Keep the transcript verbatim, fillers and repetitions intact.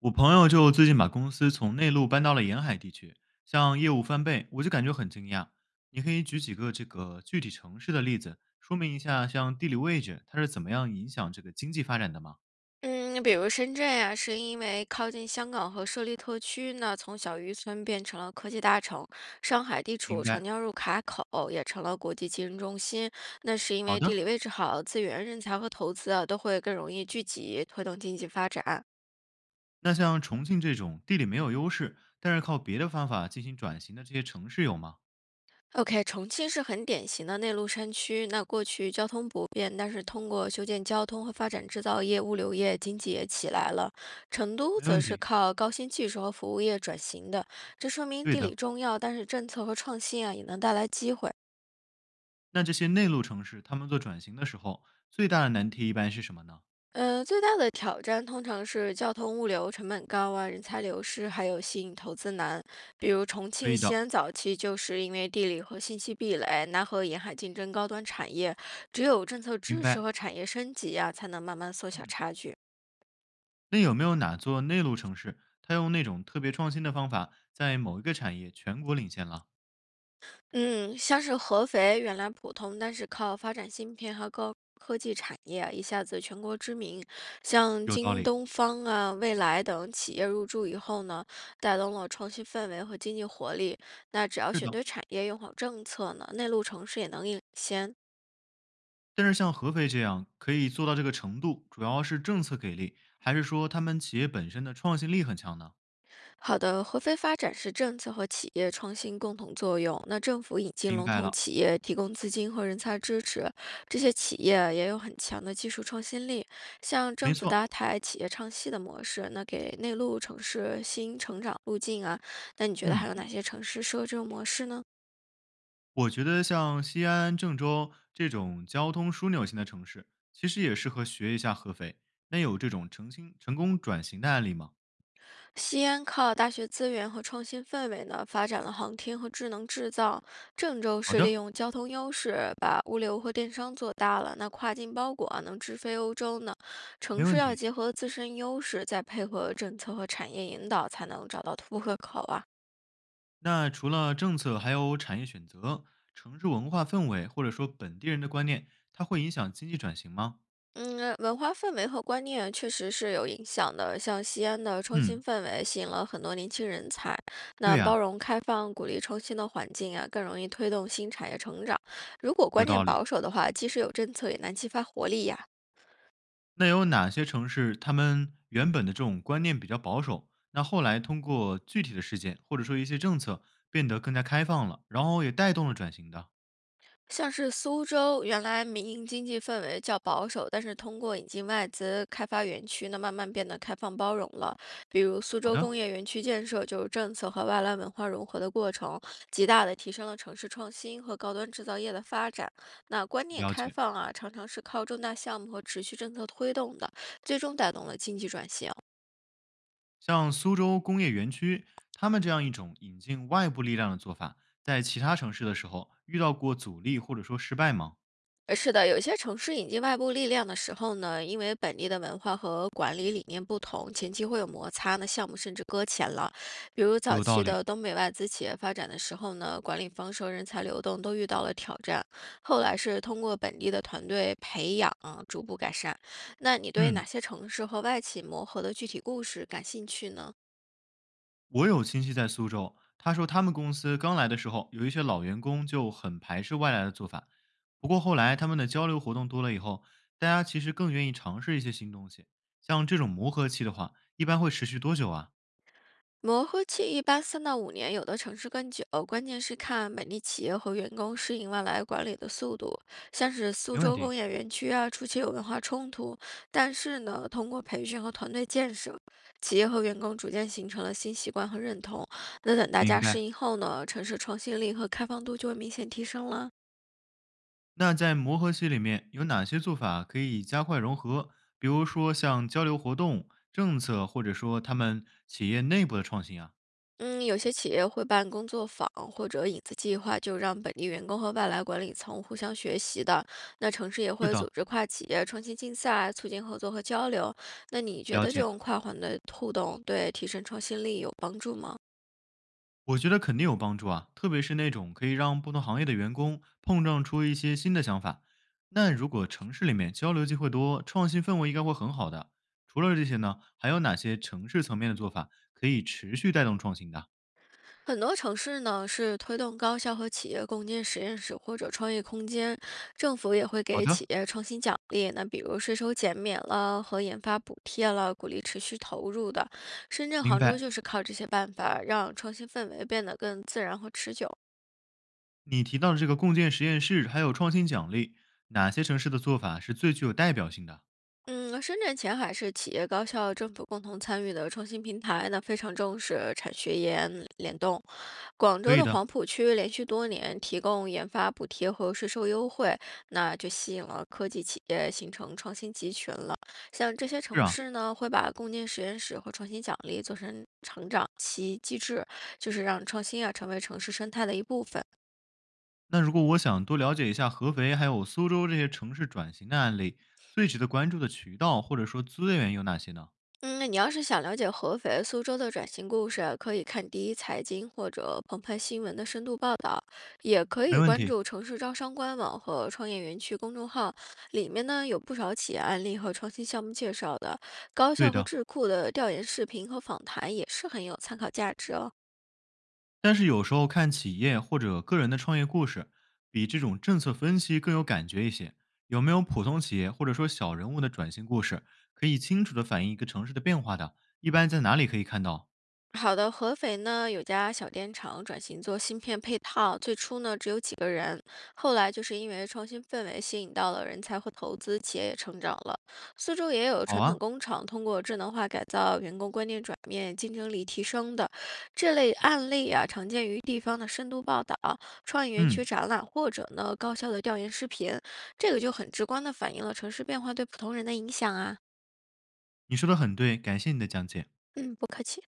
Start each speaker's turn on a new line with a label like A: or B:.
A: 我朋友就最近把公司从内陆搬到了沿海地区，像业务翻倍，我就感觉很惊讶。你可以举几个这个具体城市的例子，说明一下像地理位置它是怎么样影响这个经济发展的吗？
B: 嗯，比如深圳呀、是因为靠近香港和设立特区呢，从小渔村变成了科技大城；上海地处
A: 明
B: 长
A: 白。
B: 江入海口，也成了国际金融中心。那是因
A: 好
B: 为地
A: 的，
B: 理位置好，资源、人才和投资啊，都会更容易聚集，推动经济发展。
A: 那像重庆这种地理没有优势，但是靠别的方法进行转型的这些城市有吗？
B: O K，重庆是很典型的内陆山区。那过去交通不便，但是通过修建交通和发展制造业、物流业，经济也起来了。成都
A: 没
B: 则
A: 问
B: 是
A: 题。
B: 靠高新技术和服务业转型的，这说明
A: 对
B: 地
A: 的。
B: 理重要，但是政策和创新啊也能带来机会。
A: 那这些内陆城市，他们做转型的时候，最大的难题一般是什么呢？
B: 呃，最大的挑战通常是交通物流成本高啊，人才流失，还有吸引投资难。比如重
A: 可
B: 庆、
A: 以
B: 西
A: 的，
B: 安早期就是因为地理和信息壁垒，南和沿海竞争高端产业，只有政策
A: 明
B: 支持
A: 白。
B: 和产业升级啊，才能慢慢缩小
A: 嗯，
B: 差距。
A: 那有没有哪座内陆城市，它用那种特别创新的方法，在某一个产业全国领先了？
B: 嗯，像是合肥原来普通，但是靠发展芯片和高科技产业啊一下子全国知名。像
A: 有道
B: 京
A: 理，
B: 东方啊、未来等企业入驻以后呢，带动了创新氛围和经济活力。那只要
A: 是
B: 选
A: 的。
B: 对产业，用好政策呢，内陆城市也能领先。
A: 但是像合肥这样可以做到这个程度，主要是政策给力，还是说他们企业本身的创新力很强呢？
B: 好的，合肥发展是政策和企业创新共同作用。那政府引进
A: 明
B: 龙
A: 白
B: 头
A: 了，
B: 企业，提供资金和人才支持，这些企业啊也有很强的技术创新力。像政
A: 没
B: 府搭
A: 错。
B: 台企业唱戏的模式，那给内陆城市新成长路径啊。那你觉得还
A: 嗯，
B: 有哪些城市适合这种模式呢？
A: 我觉得像西安、郑州这种交通枢纽型的城市，其实也适合学一下合肥。那有这种成新成功转型的案例吗？
B: 西安靠大学资源和创新氛围呢，发展了航天和智能制造。郑州
A: 好
B: 是
A: 的，
B: 利用交通优势，把物流和电商做大了。那跨境包裹啊，能直飞欧洲呢。城
A: 没
B: 市
A: 问
B: 要
A: 题。
B: 结合自身优势，再配合政策和产业引导，才能找到突破口啊。
A: 那除了政策，还有产业选择、城市文化氛围，或者说本地人的观念，它会影响经济转型吗？
B: 嗯，文化氛围和观念确实是有影响的。像西安的创
A: 嗯，
B: 新氛围吸引了很多年轻人才，
A: 对
B: 那包
A: 呀、
B: 容、开放、鼓励创新的环境啊，更容易推动新产业成长。如果
A: 有
B: 观念
A: 道理。
B: 保守的话，即使有政策，也难激发活力呀。
A: 那有哪些城市他们原本的这种观念比较保守，那后来通过具体的事件或者说一些政策变得更加开放了，然后也带动了转型的？
B: 像是苏州，原来民营经济氛围较保守，但是通过引进外资开发园区那慢慢变得开放包容了。比如苏
A: 好
B: 州
A: 的，
B: 工业园区建设就是政策和外来文化融合的过程，极大的提升了城市创新和高端制造业的发展。那观念
A: 了
B: 开
A: 解。
B: 放啊，常常是靠重大项目和持续政策推动的，最终带动了经济转型。
A: 像苏州工业园区，他们这样一种引进外部力量的做法，在其他城市的时候遇到过阻力或者说失败吗？
B: 呃，是的，有些城市引进外部力量的时候呢，因为本地的文化和管理理念不同，前期会有摩擦呢，那项目甚至搁浅了。比如早
A: 有道
B: 期
A: 理。
B: 的东北外资企业发展的时候呢，管理方式和人才流动都遇到了挑战，后来是通过本地的团队培养逐步改善。那你对哪
A: 嗯，
B: 些城市和外企磨合的具体故事感兴趣呢？
A: 我有亲戚在苏州，他说他们公司刚来的时候，有一些老员工就很排斥外来的做法。不过后来他们的交流活动多了以后，大家其实更愿意尝试一些新东西。像这种磨合期的话，一般会持续多久啊？
B: 磨合期一般三到五年，有的城市更久，关键是看本地企业和员工适应外来管理的速度。像是苏
A: 没问
B: 州
A: 题，
B: 工业园区啊，初期有文化冲突，但是呢，通过培训和团队建设，企业和员工逐渐形成了新习惯和认同。那等大
A: 明
B: 家适
A: 白。
B: 应后呢，城市创新力和开放度就会明显提升了。
A: 那在磨合期里面，有哪些做法可以加快融合？比如说像交流活动、政策，或者说他们企业内部的创新啊？
B: 嗯，有些企业会办工作坊或者影子计划，就让本地员工和外来管理层互相学习的。那城市也
A: 是
B: 会
A: 的，
B: 组织跨企业创新竞赛，促进合作和交流。那你觉
A: 了
B: 得这
A: 解。
B: 种跨环的互动对提升创新力有帮助吗？
A: 我觉得肯定有帮助啊，特别是那种可以让不同行业的员工碰撞出一些新的想法。那如果城市里面交流机会多，创新氛围应该会很好的。除了这些呢，还有哪些城市层面的做法可以持续带动创新的？
B: 很多城市呢是推动高校和企业共建实验室或者创业空间，政府也会
A: 好
B: 给
A: 的，
B: 企业创新奖励，那比如税收减免了和研发补贴了，鼓励持续投入的。深圳、
A: 明
B: 杭州
A: 白。
B: 就是靠这些办法，让创新氛围变得更自然和持久。
A: 你提到的这个共建实验室还有创新奖励，哪些城市的做法是最具有代表性的？
B: 嗯，深圳前海是企业、高校、政府共同参与的创新平台，那非常重视产学研联动。广
A: 可
B: 州
A: 以
B: 的黄
A: 的，
B: 埔区连续多年提供研发补贴和税收优惠，那就吸引了科技企业形成创新集群了。像这些
A: 是
B: 城
A: 啊。
B: 市呢，会把共建实验室和创新奖励做成成长期机制，就是让创新啊成为城市生态的一部分。
A: 那如果我想多了解一下合肥还有苏州这些城市转型的案例，最值得关注的渠道或者说资源有哪些呢？
B: 嗯，你要是想了解合肥、苏州的转型故事，可以看第一财经或者澎湃新闻的深度报道，也可
A: 没
B: 以
A: 问
B: 关
A: 题，
B: 注城市招商官网和创业园区公众号，里面呢有不少企业案例和创新项目介绍的，高校
A: 对
B: 和
A: 的。
B: 智库的调研视频和访谈也是很有参考价值哦。
A: 但是有时候看企业或者个人的创业故事，比这种政策分析更有感觉一些。有没有普通企业或者说小人物的转型故事，可以清楚的反映一个城市的变化的？一般在哪里可以看到？
B: 好的，合肥呢有家小电厂转型做芯片配套，最初呢只有几个人，后来就是因为创新氛围吸引到了人才和投资，企业也成长了。苏州也有
A: 好
B: 传统
A: 啊，
B: 工厂通过智能化改造、员工观念转变、竞争力提升的这类案例啊，常见于地方的深度报道、创意园区
A: 嗯，
B: 展览或者呢高校的调研视频，这个就很直观的反映了城市变化对普通人的影响啊。
A: 你说的很对，感谢你的讲解。
B: 嗯，不客气。